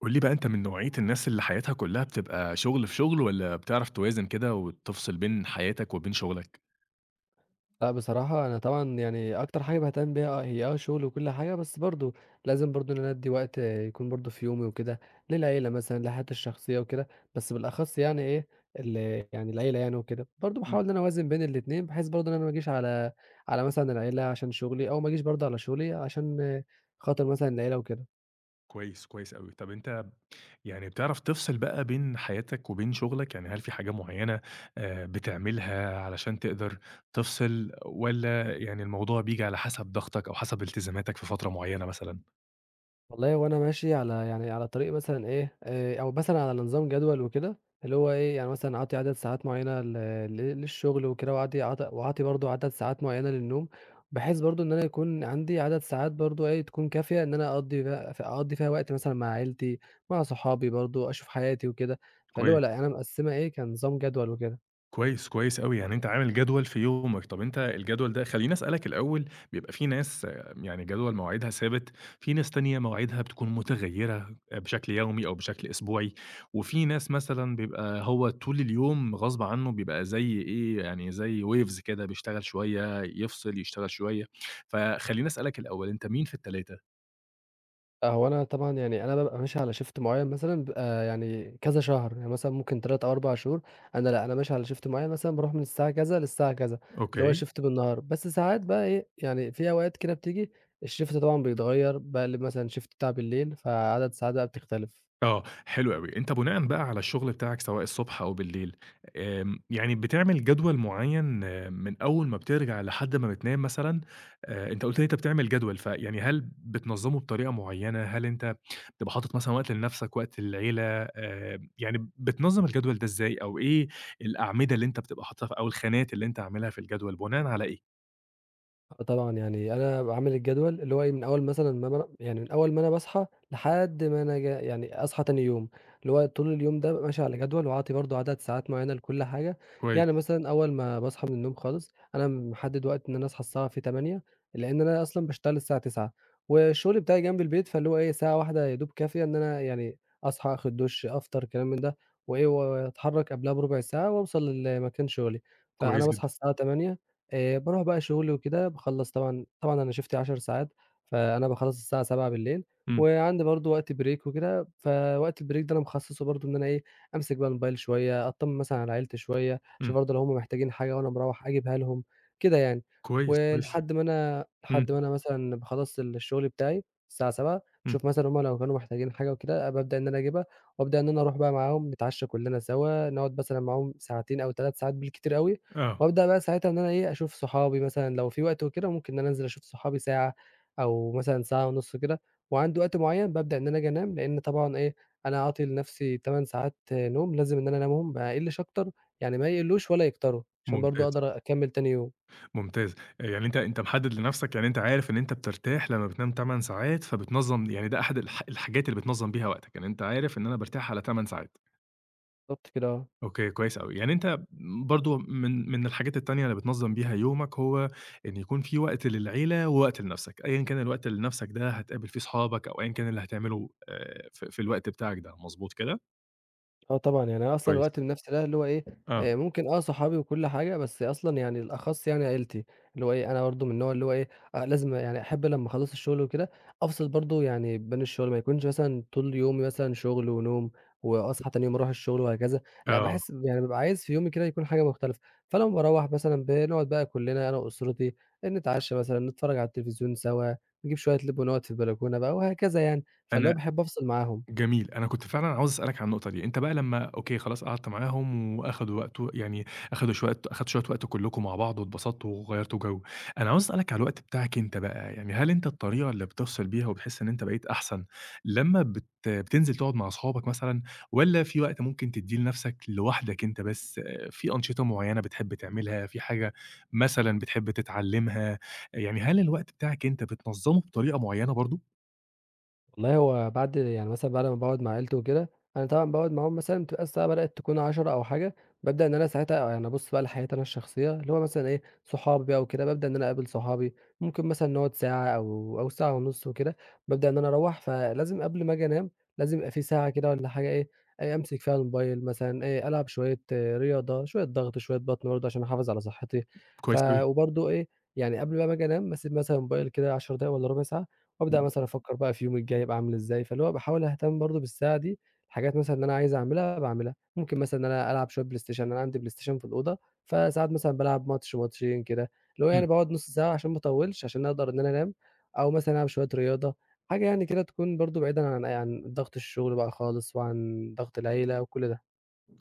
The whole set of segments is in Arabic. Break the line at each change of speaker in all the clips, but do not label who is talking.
قُل لي بقى أنت من نوعية الناس اللي حياتها كلّها بتبقى شغل في شغل والّا بتعرف توازن كده وتفصل بين حياتك وبين شغلك؟
لأ بصراحة أنا طبعًا يعني أكتر حاجة باهتم بيها هي شغل وكل حاجة، بس برضه لازم برضه إن أنا أدّي وقت يكون برضه في يومي وكده للعيلة مثلًا، لحياتي الشخصية وكده، بس بالأخص يعني إيه، ال يعني العيلة يعني وكده. برضه باحاول
إمم.
إن أنا أوازن بين الاتنين، بحيث برضه إن أنا ما أجيش على مثلًا العيلة عشان شغلي، أو ما أجيش برضه على شغلي عشان خاطر مثلًا العيلة وكده.
كويس، كويس أوي. طب أنت يعني بتعرف تفصل بقى بين حياتك وبين شغلك؟ يعني هل في حاجة معيّنة بتعملها علشان تقدر تفصل والّا يعني الموضوع بييجي على حسب ضغطك أو حسب التزاماتك في فترة معيّنة مثلًا؟
والله وأنا ماشي على يعني على طريق مثلًا إيه، أو مثلًا على نظام جدول وكده، اللي هو إيه، يعني مثلًا أعطي عدد ساعات معيّنة ل ل للشغل وكده، وأعطي برضه عدد ساعات معيّنة للنوم، بحيث برضه إن أنا يكون عندي عدد ساعات برضه إيه، تكون كافية إن أنا أقضّي بقى، أقضّي فيها وقت مثلًا مع عيلتي، مع صحابي برضه، أشوف حياتي وكده، فاللي هو
كويس.
لأ، أنا مقسّمة إيه، كنظام جدول وكده.
كويس، كويس أوي، يعني أنت عامل جدول في يومك، طَب أنت الجدول ده خلّيني أسألك الأول، بيبقى في ناس يعني جدول مواعيدها ثابت، في ناس تانية مواعيدها بتكون متغيّرة بشكل يومي أو بشكل أسبوعي، وفي ناس مثلًا بيبقى هو طول اليوم غصب عنّه بيبقى زي إيه، يعني زي waves كده بيشتغل شوية، يفصل، يشتغل شوية، فخلّيني أسألك الأول أنت مين في ال3؟
آه، هو أنا طبعًا يعني أنا بابقى ماشي على shift معيّن مثلًا بيبقى يعني كذا شهر، يعني مثلًا ممكن 3 أو 4 شهور، أنا لأ، أنا ماشي على shift معيّن مثلًا باروح من الساعة كذا للساعة كذا، اللي هو
أوكي.
shift بالنهار، بس ساعات بقى إيه، يعني في أوقات كده بتيجي الshift طبعًا بيتغيّر، باقلب مثلًا shift بتاع بالليل، فعدد الساعات بقى بتختلف.
آه، حلو أوي. أنت بناءً بقى على الشغل بتاعك سواء الصبح أو بالليل، يعني بتعمل جدول معيّن من أول ما بترجع لحد ما بتنام مثلًا؟ أنت قُلت لي أنت بتعمل جدول، فيعني هل بتنظّمه بطريقة معيّنة؟ هل أنت بتبقى حاطط مثلًا وقت لنفسك، وقت للعيلة، يعني بتنظّم الجدول ده إزاي؟ أو إيه الأعمدة اللي أنت بتبقى حاططها أو الخانات اللي أنت عاملها في الجدول بناءً على إيه؟
آه طبعًا، يعني أنا باعمل الجدول اللي هو إيه، من أول مثلًا ما أنا يعني من أول ما أنا باصحى لحد ما أنا جا يعني أصحى تاني يوم، اللي هو طول اليوم ده بابقى ماشي على جدول وعاطي برضه عدد ساعات معيّنة لكل حاجة، يعني
كويس،
مثلًا أول ما باصحى من النوم خالص، أنا محدد وقت إن أنا أصحى الساعة فيه 08:00 لإن أنا أصلًا باشتغل الساعة 09:00 والشغل بتاعي جنب البيت، فاللي هو إيه، ساعة واحدة يا دوب كافية إن أنا يعني أصحى، آخد دُش، أفطر، كلام من ده، وإيه، وأتحرك قبلها بربع ساعة وأوصل لمكان شغلي، فأنا
كويس
باصحى
جدًا.
الساعة 08:00. باروح بقى شغلي وكده، باخلّص طبعًا أنا شيفتي 10 ساعات، فأنا باخلّص الساعة 19:00
إمم،
وعندي برضه وقت break وكده، فوقت الbreak ده أنا مخصّصه برضه إن أنا إيه، أمسك بقى الموبايل شوية، أطمّن مثلًا على عيلتي شوية، أشوف
إمم،
برضه لو هُم محتاجين حاجة وأنا مروّح أجيبها لهم، كده يعني.
كويس، كويس.
ولحد ما أنا لحد
إمم،
ما أنا مثلًا باخلّص الشغل بتاعي الساعة 19:00
إمم،
باشوف مثلًا هُم لو كانوا محتاجين حاجة وكده، بابدأ إن أنا أجيبها وأبدأ إن أنا أروح بقى معاهم نتعشى كلّنا سوا، نقعد مثلًا معاهم ساعتين أو 3 ساعات بالكتير أوي.
آه،
وأبدأ بقى ساعتها إن أنا إيه، أشوف صحابي مثلًا لو في وقت وكده ممكن إن أنا أنزل أشوف صحابي ساعة أو مثلًا ساعة ونُص كده، وعندي وقت معيّن بابدأ إن أنا آجي أنام، لإن طبعًا إيه، أنا عاطي لنفسي 8 ساعات نوم لازم إن أنا أنامهم ما أقلّش أكتر، يعني ما يقلّوش ولا يكتروا، عشان برضه
ممتاز.
أقدر أكمّل تاني يوم.
ممتاز. آه، يعني أنت محدد لنفسك يعني أنت عارف إن أنت بترتاح لمّا بتنام 8 ساعات، فبتنظّم يعني ده أحد الحاجات اللي بتنظّم بيها وقتك، يعني أنت عارف إن أنا بارتاح على 8 ساعات.
بالضبط كده، آه.
أوكي، كويس أوي. يعني أنت برضه من الحاجات التانية اللي بتنظّم بيها يومك، هو إن يكون في وقت للعيلة ووقت لنفسك، أيًا كان الوقت اللي لنفسك ده هتقابل فيه صحابك أو أيًا كان اللي هتعمله في الوقت بتاعك ده، مضبوط كده؟
آه طبعًا، يعني أنا أصلًا
كويس.
وقت النَفْس ده اللي هو إيه،
آه،
ممكن آه صحابي وكل حاجة، بس أصلًا يعني الأخص يعني عيلتي، اللي هو إيه، أنا برضه من النوع اللي هو إيه، لازم يعني أحب لمّا أخلّص الشغل وكده، أفصل برضه يعني بين الشغل، ما يكونش مثلًا طول يومي مثلًا شغل ونوم وأصحى تاني يوم أروح الشغل وهكذا، لأ
آه.
باحس يعني بابقى عايز في يومي كده يكون حاجة مختلفة، فلمّا باروّح مثلًا بنقعد بقى كُلّنا أنا وأسرتي، نتعشّى مثلًا، نتفرّج على التلفزيون سوا، نجيب شوية لِب ونقعد في البلكونة بقى وهكذا يعني، فاللي هو
أنا
باحب أفصل معاهم.
جميل، أنا كنت فعلًا عاوز أسألك عن النقطة دي، أنت بقى لمّا أوكي خلاص قعدت معاهم وأخدوا وقت و يعني أخدوا شوية أخدتوا شوية وقت كلّكم مع بعض واتبسطتوا وغيّرتوا جو، أنا عاوز أسألك على الوقت بتاعك أنت بقى، يعني هل أنت الطريقة اللي بتفصل بيها وبتحس إن أنت بقيت أحسن لمّا بتنزل تقعد مع أصحابك مثلًا، والّا في وقت ممكن تدّيه لنفسك لوحدك أنت بس، في أنشطة معيّنة بتحب تعملها، في حاجة مثلًا بتحب تتعلمها، يعني هل الوقت بتاعك أنت بتنظمه بطريقة معيّنة برضه؟
والله هو بعد يعني مثلًا بعد ما باقعد مع عيلتي وكده، أنا طبعًا باقعد معاهم مثلًا بتبقى الساعة بدأت تكون 10:00 أو حاجة، بابدأ إن أنا ساعتها يعني أبُص بقى لحياتي أنا الشخصية، اللي هو مثلًا إيه، صحابي بقى وكده، بابدأ إن أنا أقابل صحابي، ممكن مثلًا نقعد ساعة أو ساعة ونُص وكده، بابدأ إن أنا أروّح، فلازم قبل ما آجي أنام، لازم يبقى في ساعة كده والّا حاجة إيه، أمسك فيها الموبايل مثلًا، ألعب شوية آه، رياضة، شوية ضغط، شوية بطن برضه عشان أحافظ على صحتي، ف
كويس أوي.
وبرضه إيه، يعني قبل بقى ما آجي أنام، باسيب مثلًا الموبايل كده 10 دقايق والّا ربع ساعة، وأبدأ مثلًا أفكّر بقى في يومي الجاي هيبقى عامل إزاي، فاللي هو باحاول أهتم برضه بالساعة دي، الحاجات مثلًا اللي أنا عايز أعملها باعملها، ممكن مثلًا إن أنا ألعب شوية بلاي ستيشن، أنا عندي بلاي ستيشن في الأوضة، فساعات مثلًا بالعب ماتش، ماتشين كده، اللي هو يعني
إمم.
باقعد نُص ساعة عشان ما أطوّلش، عشان أقدر إن أنا أنام، أو مثلًا ألعب شوية رياضة، حاجة يعني كده تكون برضه بعيدًا عن ضغط الشغل بقى خالص، وعن ضغط العيلة وكل ده.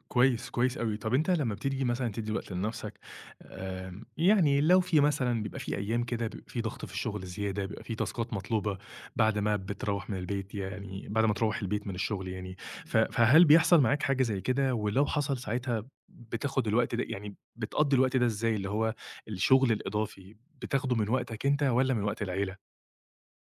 كويس، كويس أوي. طَب أنت لمّا بتيجي مثلًا تدّي وقت لنَفْسك، يعني لو في مثلًا بيبقى في أيام كده بيبقى في ضغط في الشغل زيادة، بيبقى في تاسكات مطلوبة بعد ما بتروّح من البيت يعني بعد ما تروّح البيت من الشغل يعني، فهل بيحصل معاك حاجة زي كده؟ ولو حصل ساعتها بتاخُد الوقت ده يعني بتقضّي الوقت ده إزاي، اللي هو الشغل الإضافي بتاخده من وقتك أنت والّا من وقت العيلة؟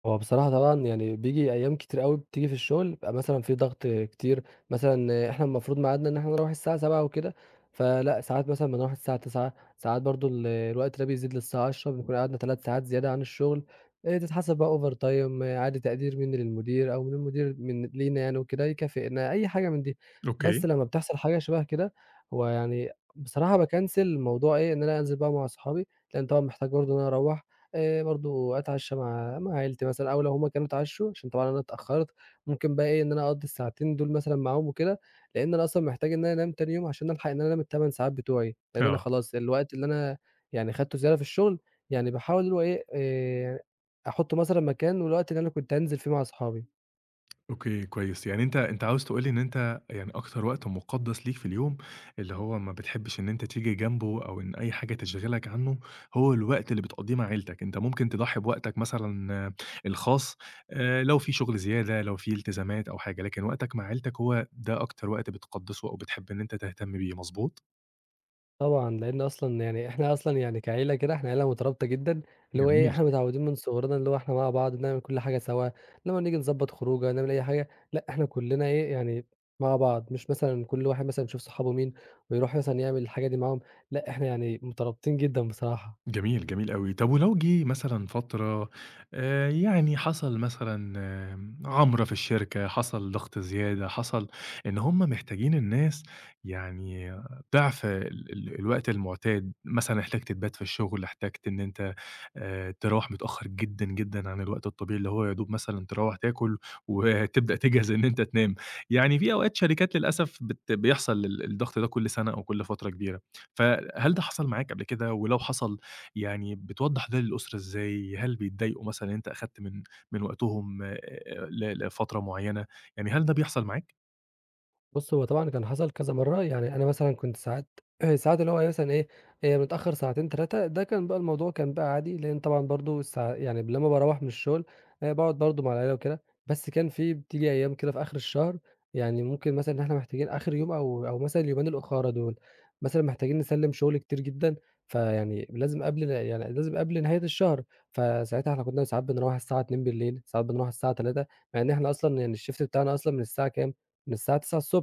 هو بصراحة طبعًا يعني بييجي أيام كتير أوي بتيجي في الشغل بيبقى مثلًا في ضغط كتير، مثلًا إحنا المفروض ميعادنا إن إحنا نروّح الساعة 19:00 وكده، فلأ ساعات مثلًا بنروح الساعة 21:00 ساعات برضه الوقت ده بيزيد للساعة 22:00 بنكون قعدنا 3 ساعات زيادة عن الشغل، تتحسب بقى overtime عادي تقدير مني للمدير أو من المدير من لينا يعني وكده يكافئنا، أي حاجة من دي. بس
أوكي،
لمّا بتحصل حاجة شبه كده هو يعني بصراحة باكنسل موضوع إيه، إن أنا أنزل بقى مع صحابي، لإن طبعًا محتاج برضه إن أنا أروّح. برضه أتعشّى مع عيلتي مثلًا أو لو هُم كانوا اتعشّوا عشان طبعًا أنا اتأخّرت، ممكن بقى إيه، إن أنا أقضّي الساعتين دول مثلًا معاهم وكده، لإن أنا أصلًا محتاج إن أنا أنام تاني يوم عشان ألحق إن أنا أنام ال8 ساعات بتوعي، لإن أنا
آه.
خلاص الوقت اللي أنا يعني خدته زيادة في الشغل، يعني باحاول اللي هو إيه، أحُطّه مثلًا مكان الوقت اللي أنا كنت هانزل فيه مع أصحابي.
أوكي، كويس. يعني أنت عاوز تقول لي إن أنت يعني أكتر وقت مُقدَّس ليك في اليوم، اللي هو ما بتحبّش إن أنت تيجي جنبه أو إن أي حاجة تشغِلك عنّه، هو الوقت اللي بتقضّيه مع عيلتك. أنت ممكن تضحّي بوقتك مثلًا الخاص لو في شُغل زيادة، لو في التزامات أو حاجة، لكن وقتك مع عيلتك هو ده أكتر وقت بتقدّسه أو بتحب إن أنت تهتم بيه، مضبوط؟
طبعًا، لإن أصلًا يعني كعيلة كده إحنا عيلة مترابطة جدًا، اللي هو إيه
جميل.
إحنا متعودين من صغرنا اللي هو إحنا مع بعض بنعمل كل حاجة سوا، لمّا نيجي نضبّط خروجة نعمل أي حاجة، لأ إحنا كلنا إيه يعني مع بعض، مش مثلًا كل واحد مثلًا يشوف صحابه مين ويروح مثلًا يعمل الحاجة دي معاهم، لأ إحنا يعني مترابطين جدًا بصراحة.
جميل، جميل أوي. طب ولو جه مثلًا فترة يعني حصل مثلًا عَمْرة في الشركة، حصل ضغط زيادة، حصل إن هم محتاجين الناس يعني ضِعف ال ال الوقت المُعتاد، مثلًا احتجت تبات في الشغل، احتجت إن أنت تروّح متأخّر جدًا، جدًا عن الوقت الطبيعي اللي هو يا دوب مثلًا تروّح تاكل وتبدأ تجهز إن أنت تنام. يعني في أوقات شركات للأسف بيحصل الضغط ده كل سَنة أو كل فترة كبيرة، فهل ده حصل معاك قبل كده ولو حصل يعني بتوضّح ده للأسرة إزاي؟ هل بيتضايقوا مثلًا إن أنت أخدت من وقتهم ل لفترة معيّنة، يعني هل ده بيحصل معاك؟
بُص، هو طبعًا كان حصل كذا مرّة، يعني أنا مثلًا كنت ساعات ساعات اللي هو إيه مثلًا إيه، متأخّر ساعتين 3 ده كان بقى الموضوع كان بقى عادي، لإن طبعًا برضه الساع يعني لمّا باروّح من الشغل باقعد برضه مع العيلة وكده، بس كان في بتيجي أيام كده في آخر الشهر، يعني ممكن مثلًا إن إحنا محتاجين آخر يوم أو مثلًا اليومين الأخرى دول، مثلًا محتاجين نسلِّم شغل كتير جدًا، فيعني لازم قبل، يعني لازم قبل نهاية الشهر، فساعتها إحنا كنا ساعات بنروّح الساعة 02:00 ساعات بنروّح الساعة 03:00 مع إن إحنا أصلًا يعني الشيفت بتاعنا أصلًا من الساعة كام؟ من الساعة 09:00 ص،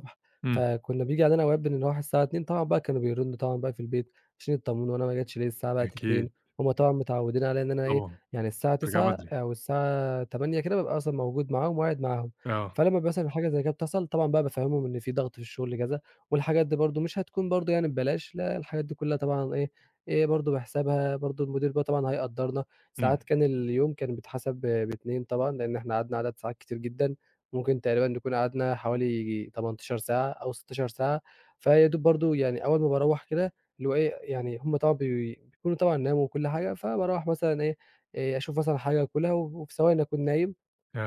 إمم،
فكنا بييجي علينا أوقات بنروح الساعة 02:00 طبعًا بقى كانوا بيردّوا طبعًا بقى في البيت عشان يطمنوا أنا ما جيتش ليه الساعة بقت
أكيد
02:00. هُم طبعًا متعوّدين عليّا إن أنا إيه،
طبعًا،
يعني الساعة
ترجع
09:00
بدري،
أو الساعة 08:00 كده بابقى أصلًا موجود معاهم وقاعد معاهم،
آه،
فلمّا مثلًا حاجة زي كده بتحصل طبعًا بقى بافهّمهم إن في ضغط في الشغل كذا، والحاجات دي برضه مش هتكون برضه يعني ببلاش، لأ الحاجات دي كلّها طبعًا إيه، إيه برضه بحسابها، برضه المدير بقى طبعًا هيقدّرنا،
إمم،
ساعات كان اليوم كان بيتحسب ب2 طبعًا لإن إحنا قعدنا عدد ساعات كتير جدًا. ممكن تقريبًا نكون قعدنا حوالي ييجي 18 ساعة أو 16 ساعة، فيا دوب برضه يعني أول ما باروّح كده اللي هو إيه، يعني هم طبعًا بيكونوا طبعًا ناموا وكل حاجة، فباروّح مثلًا إيه، أشوف مثلًا حاجة آكلها وفي ثواني أكون نايم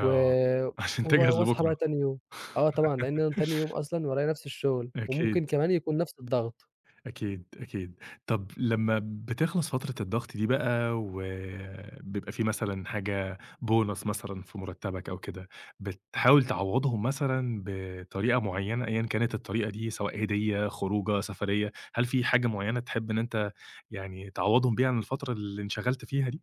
و
عشان
وب
تجهز
واصحى
لبكرة،
بقى تاني يوم. آه طبعًا، لإن أنا تاني يوم أصلًا ورايا نفس الشغل،
أكيد.
وممكن كمان يكون نفس الضغط.
أكيد، أكيد. طب لمّا بتخلص فترة الضغط دي بقى وبيبقى في مثلًا حاجة bonus مثلًا في مرتبك أو كده، بتحاول تعوضهم مثلًا بطريقة معينة أيًا كانت الطريقة دي، سواء هدية، خروجة، سفرية، هل في حاجة معينة تحب إن أنت يعني تعوضهم بيها عن الفترة اللي انشغلت فيها دي؟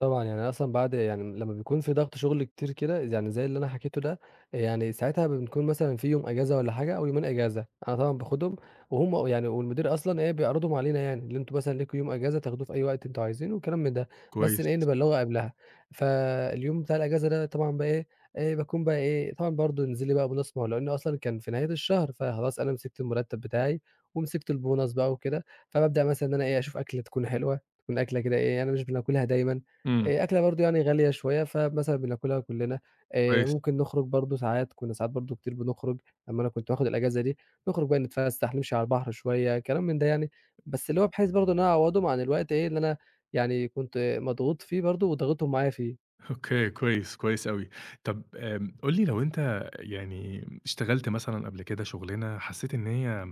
طبعًا، يعني أنا أصلًا بعد يعني لمّا بيكون في ضغط شغل كتير كده، يعني زي اللي أنا حكيته ده، يعني ساعتها بنكون مثلًا في يوم إجازة والّا حاجة أو يومين إجازة، أنا طبعًا باخدهم وهُم يعني والمدير أصلًا إيه بيعرضهم علينا يعني، اللي أنتم مثلًا ليكم يوم إجازة تاخدوه في أي وقت أنتم عايزينه وكلام من ده، بس
كويس،
إيه نبلغه قبلها، فاليوم بتاع الإجازة ده طبعًا بقى إيه، باكون بقى إيه طبعًا برضه نزلي بقى bonus ما هو لإنه أصلًا كان في نهاية الشهر، فخلاص أنا مسكت المرتب بتاعي ومسكت الbonus بقى وكده، فبابدأ مثلًا إن أنا إيه أشوف أكلة تكون حلوة، تكون أكلة كده إيه أنا مش بناكلها دايمًا،
إمم.
أكلة برضه يعني غالية شوية، فمثلًا بناكلها كُلّنا،
كويس،
ممكن نخرج برضه ساعات، كُنّا ساعات برضه كتير بنخرج لمّا أنا كنت باخد الأجازة دي، نخرج بقى نتفسّح، نمشي على البحر شوية، كلام من ده يعني، بس اللي هو بحيث برضه إن أنا أعوّضهم عن الوقت إيه، اللي أنا يعني كنت مضغوط فيه برضه وضاغطهم معايا فيه.
أوكي، كويس، كويس أوي. طب قُل لي لو أنت يعني اشتغلت مثلًا قبل كده شغلانة حسيت إن هي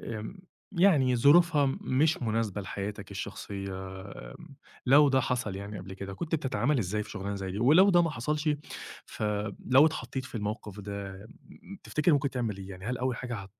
آمم، يعني ظروفها مش مناسبة لحياتك الشخصية، آمم، لو ده حصل يعني قبل كده، كنت بتتعامل إزاي في شغلانة زي دي؟ ولو ده ما حصلش، فلو اتحطيت في الموقف ده، تفتكر ممكن تعمل إيه؟ يعني هل أول حاجة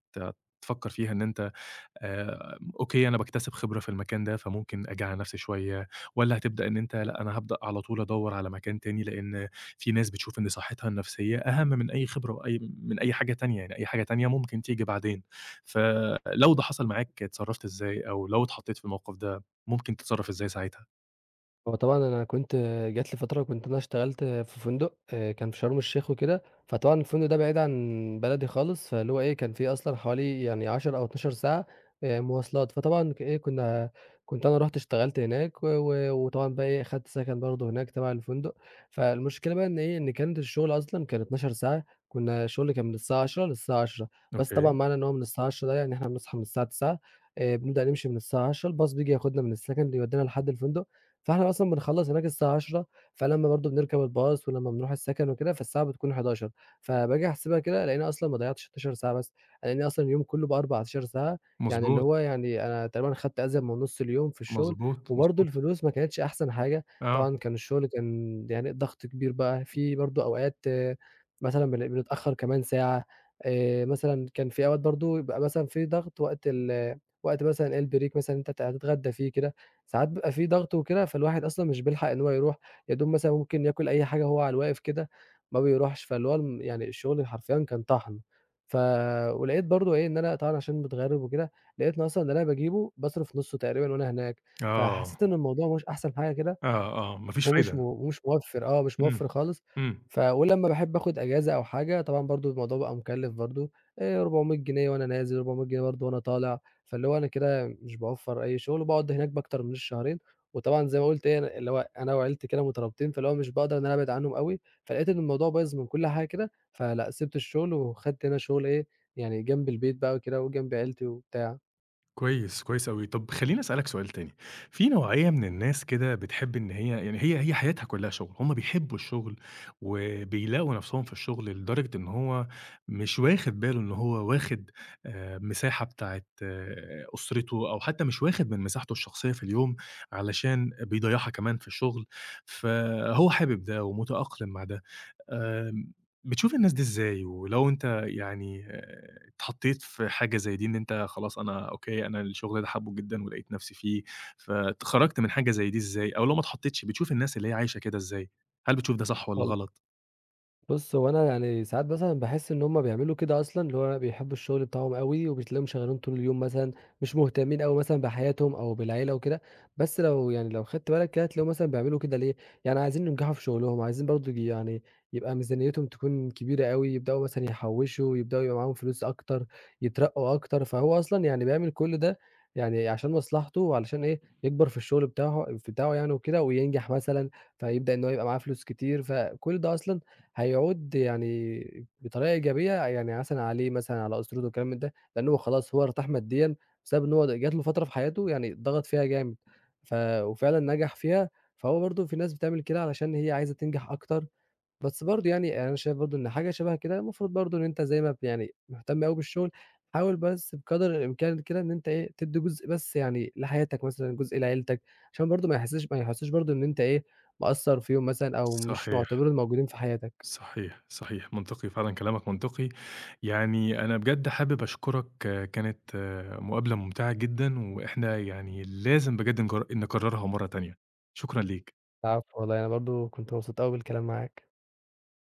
هتفكر فيها إن أنت أوكي، أنا باكتسب خبرة في المكان ده، فممكن أجي على نفسي شوية، والّا هتبدأ إن أنت لأ، أنا هابدأ على طول أدوّر على مكان تاني، لإن في ناس بتشوف إن صحتها النفسية أهم من أي خبرة من أي حاجة تانية، يعني أي حاجة تانية ممكن تيجي بعدين. فلو ده حصل معاك، اتصرّفت إزاي أو لو اتحطيت في الموقف ده، ممكن تتصرّف إزاي ساعتها؟
هو طبعًا أنا كنت جات لي فترة كنت أنا اشتغلت في فندق كان في شرم الشيخ وكده، فطبعًا الفندق ده بعيد عن بلدي خالص، فاللي هو إيه، كان في أصلًا حوالي يعني 10 أو 12 ساعة مواصلات، فطبعًا، إيه، كنت أنا رُحت اشتغلت هناك و وطبعًا بقى إيه، أخدت سكن برضه هناك تبع الفندق، فالمشكلة بقى إن إيه، إن كانت الشغل أصلًا كان 12 ساعة، كنا الشغل كان من الساعة 10:00 للساعة 22:00 بس طبعًا
أوكي،
معنى إن هو من الساعة 22:00 ده يعني إحنا بنصحى من الساعة 09:00. بنبدأ نمشي من الساعة 22:00 الباص بييجي ياخدنا من السكن اللي يودينا لحد الفندق. فإحنا أصلًا بنخلّص هناك الساعة 10:00، فلمّا برضه بنركب الباص ولمّا بنروح السكن وكده، فالساعة بتكون 11:00، فباجي أحسبها كده ألاقيني أصلًا ما ضيّعتش 16 ساعة بس، ألاقيني أصلًا اليوم كُلّه بقى 14 ساعة، يعني اللي
مضبوط،
هو يعني أنا تقريبًا خدت أزيد من نُص اليوم في الشغل،
مضبوط،
وبرضه
مضبوط.
الفلوس ما كانتش أحسن حاجة،
آه،
طبعًا كان الشغل كان يعني ضغط كبير بقى، في برضه أوقات آه، مثلًا بنتأخّر كمان ساعة، مثلًا كان في أوقات برضه يبقى مثلًا في ضغط وقت وقت مثلًا الbreak مثلًا أنت هتتغدى فيه كده. ساعات بيبقى في ضغط وكده، فالواحد أصلًا مش بيلحق إن هو يروح، يا دوب مثلًا ممكن ياكل أي حاجة وهو على الواقف كده، ما بيروحش، فاللي هو يعني الشغل حرفيًا كان طحن. ف ولقيت برضه إيه، إن أنا طبعًا عشان متغرِّب وكده، لقيت إن أصلًا اللي أنا باجيبه باصرف نُصّه تقريبًا وأنا هناك،
آه،
فحسّيت إن الموضوع مش أحسن حاجة كده،
آه، آه، ما فيش فايدة.
ومش موفّر آه، مش
إمم،
موفّر خالص،
إمم.
ولمّا باحب آخُد أجازة أو حاجة طبعًا برضه الموضوع بقى مُكلِّف برضه 400 جنيه وأنا نازل، 400 جنيه برضه وأنا طالع، فاللي هو أنا كده مش باوفّر أي شُغل وباقعُد هناك بأكتر من الشهرين، وطبعًا زي ما قُلت إيه، أنا اللي هو أنا وعيلتي كده مترابطين، فاللي هو مش باقدر إن أنا أبعد عنهم أوي، فلقيت إن الموضوع بايظ من كل حاجة كده، فلأ، سِبت الشُغل وخدت هنا شُغل إيه، يعني جنب البيت بقى وكده وجنب عيلتي وبتاع.
كويس، كويس أوي. طب خلّيني أسألك سؤال تاني، في نوعية من الناس كده بتحب إن هي يعني هي حياتها كلّها شُغل، هم بيحبوا الشُغل وبيلاقوا نَفْسهم في الشُغل لدرجة إن هو مش واخِد باله إن هو واخِد مساحة بتاعة أسرته أو حتّى مش واخِد من مساحته الشخصية في اليوم علشان بيضيّعها كمان في الشُغل، فهو حابب ده ومتأقلم مع ده. آمم، بتشوف الناس دي إزاي؟ ولو أنت يعني اتحطيت في حاجة زي دي إن أنت خلاص أنا أوكي، أنا الشغل ده حابُّه جدًا ولقيت نفسي فيه، خرجت من حاجة زي دي إزاي؟ أو لو ما اتحطيتش بتشوف الناس اللي هي عايشة كده إزاي؟ هل بتشوف ده صح والّا
وال
غلط؟
بُص، هو أنا يعني ساعات مثلًا باحس إن هُم بيعملوا كده أصلًا، اللي هو بيحبوا الشغل بتاعهم أوي، وبتلاقيهم شغالين طول اليوم مثلًا، مش مهتمين أوي مثلًا بحياتهم أو بالعيلة وكده، بس لو يعني لو خدت بالك كده هتلاقيهم مثلًا بيعملوا كده ليه، يعني عايزين ينجحوا في شغلهم، عايزين برضه يعني يبقى ميزانيتهم تكون كبيرة أوي، يبدأوا مثلًا يحوّشوا، يبدأوا يبقى معاهم فلوس أكتر، يترقّوا أكتر، فهو أصلًا يعني بيعمل كل ده يعني عشان مصلحته وعلشان إيه، يكبر في الشغل بتاعه يعني وكده وينجح مثلًا، فيبدأ إن هو يبقى معاه فلوس كتير، فكل ده أصلًا هيعود يعني بطريقة إيجابية يعني مثلًا عليه، مثلًا على أسرته والكلام من ده، لأن هو خلاص هو ارتاح ماديًا بسبب إن هو جات له فترة في حياته يعني ضغط فيها جامد، ف وفعلًا نجح فيها، فهو برضه في ناس بتعمل كده علشان هي عايزة تنجح أكتر، بس برضه يعني أنا شايف برضه إن حاجة شبه كده المفروض برضه إن أنت زي ما يعني مهتم أوي بالشغل، حاول بس بقدر الإمكان كده إن أنت إيه، تدّي جزء بس يعني لحياتك مثلًا، جزء لعيلتك، عشان برضه ما يحسوش برضه إن أنت إيه، مقصّر فيهم مثلًا أو مش
صحيح،
معتبرهم موجودين في حياتك.
صحيح، صحيح، منطقي فعلًا كلامك منطقي، يعني أنا بجد حابب أشكرك كانت مقابلة ممتعة جدًا، وإحنا يعني لازم بجد نكررها مرة تانية، شكرًا ليك.
العفو والله، أنا برضه كنت مبسوط أوي بالكلام معاك.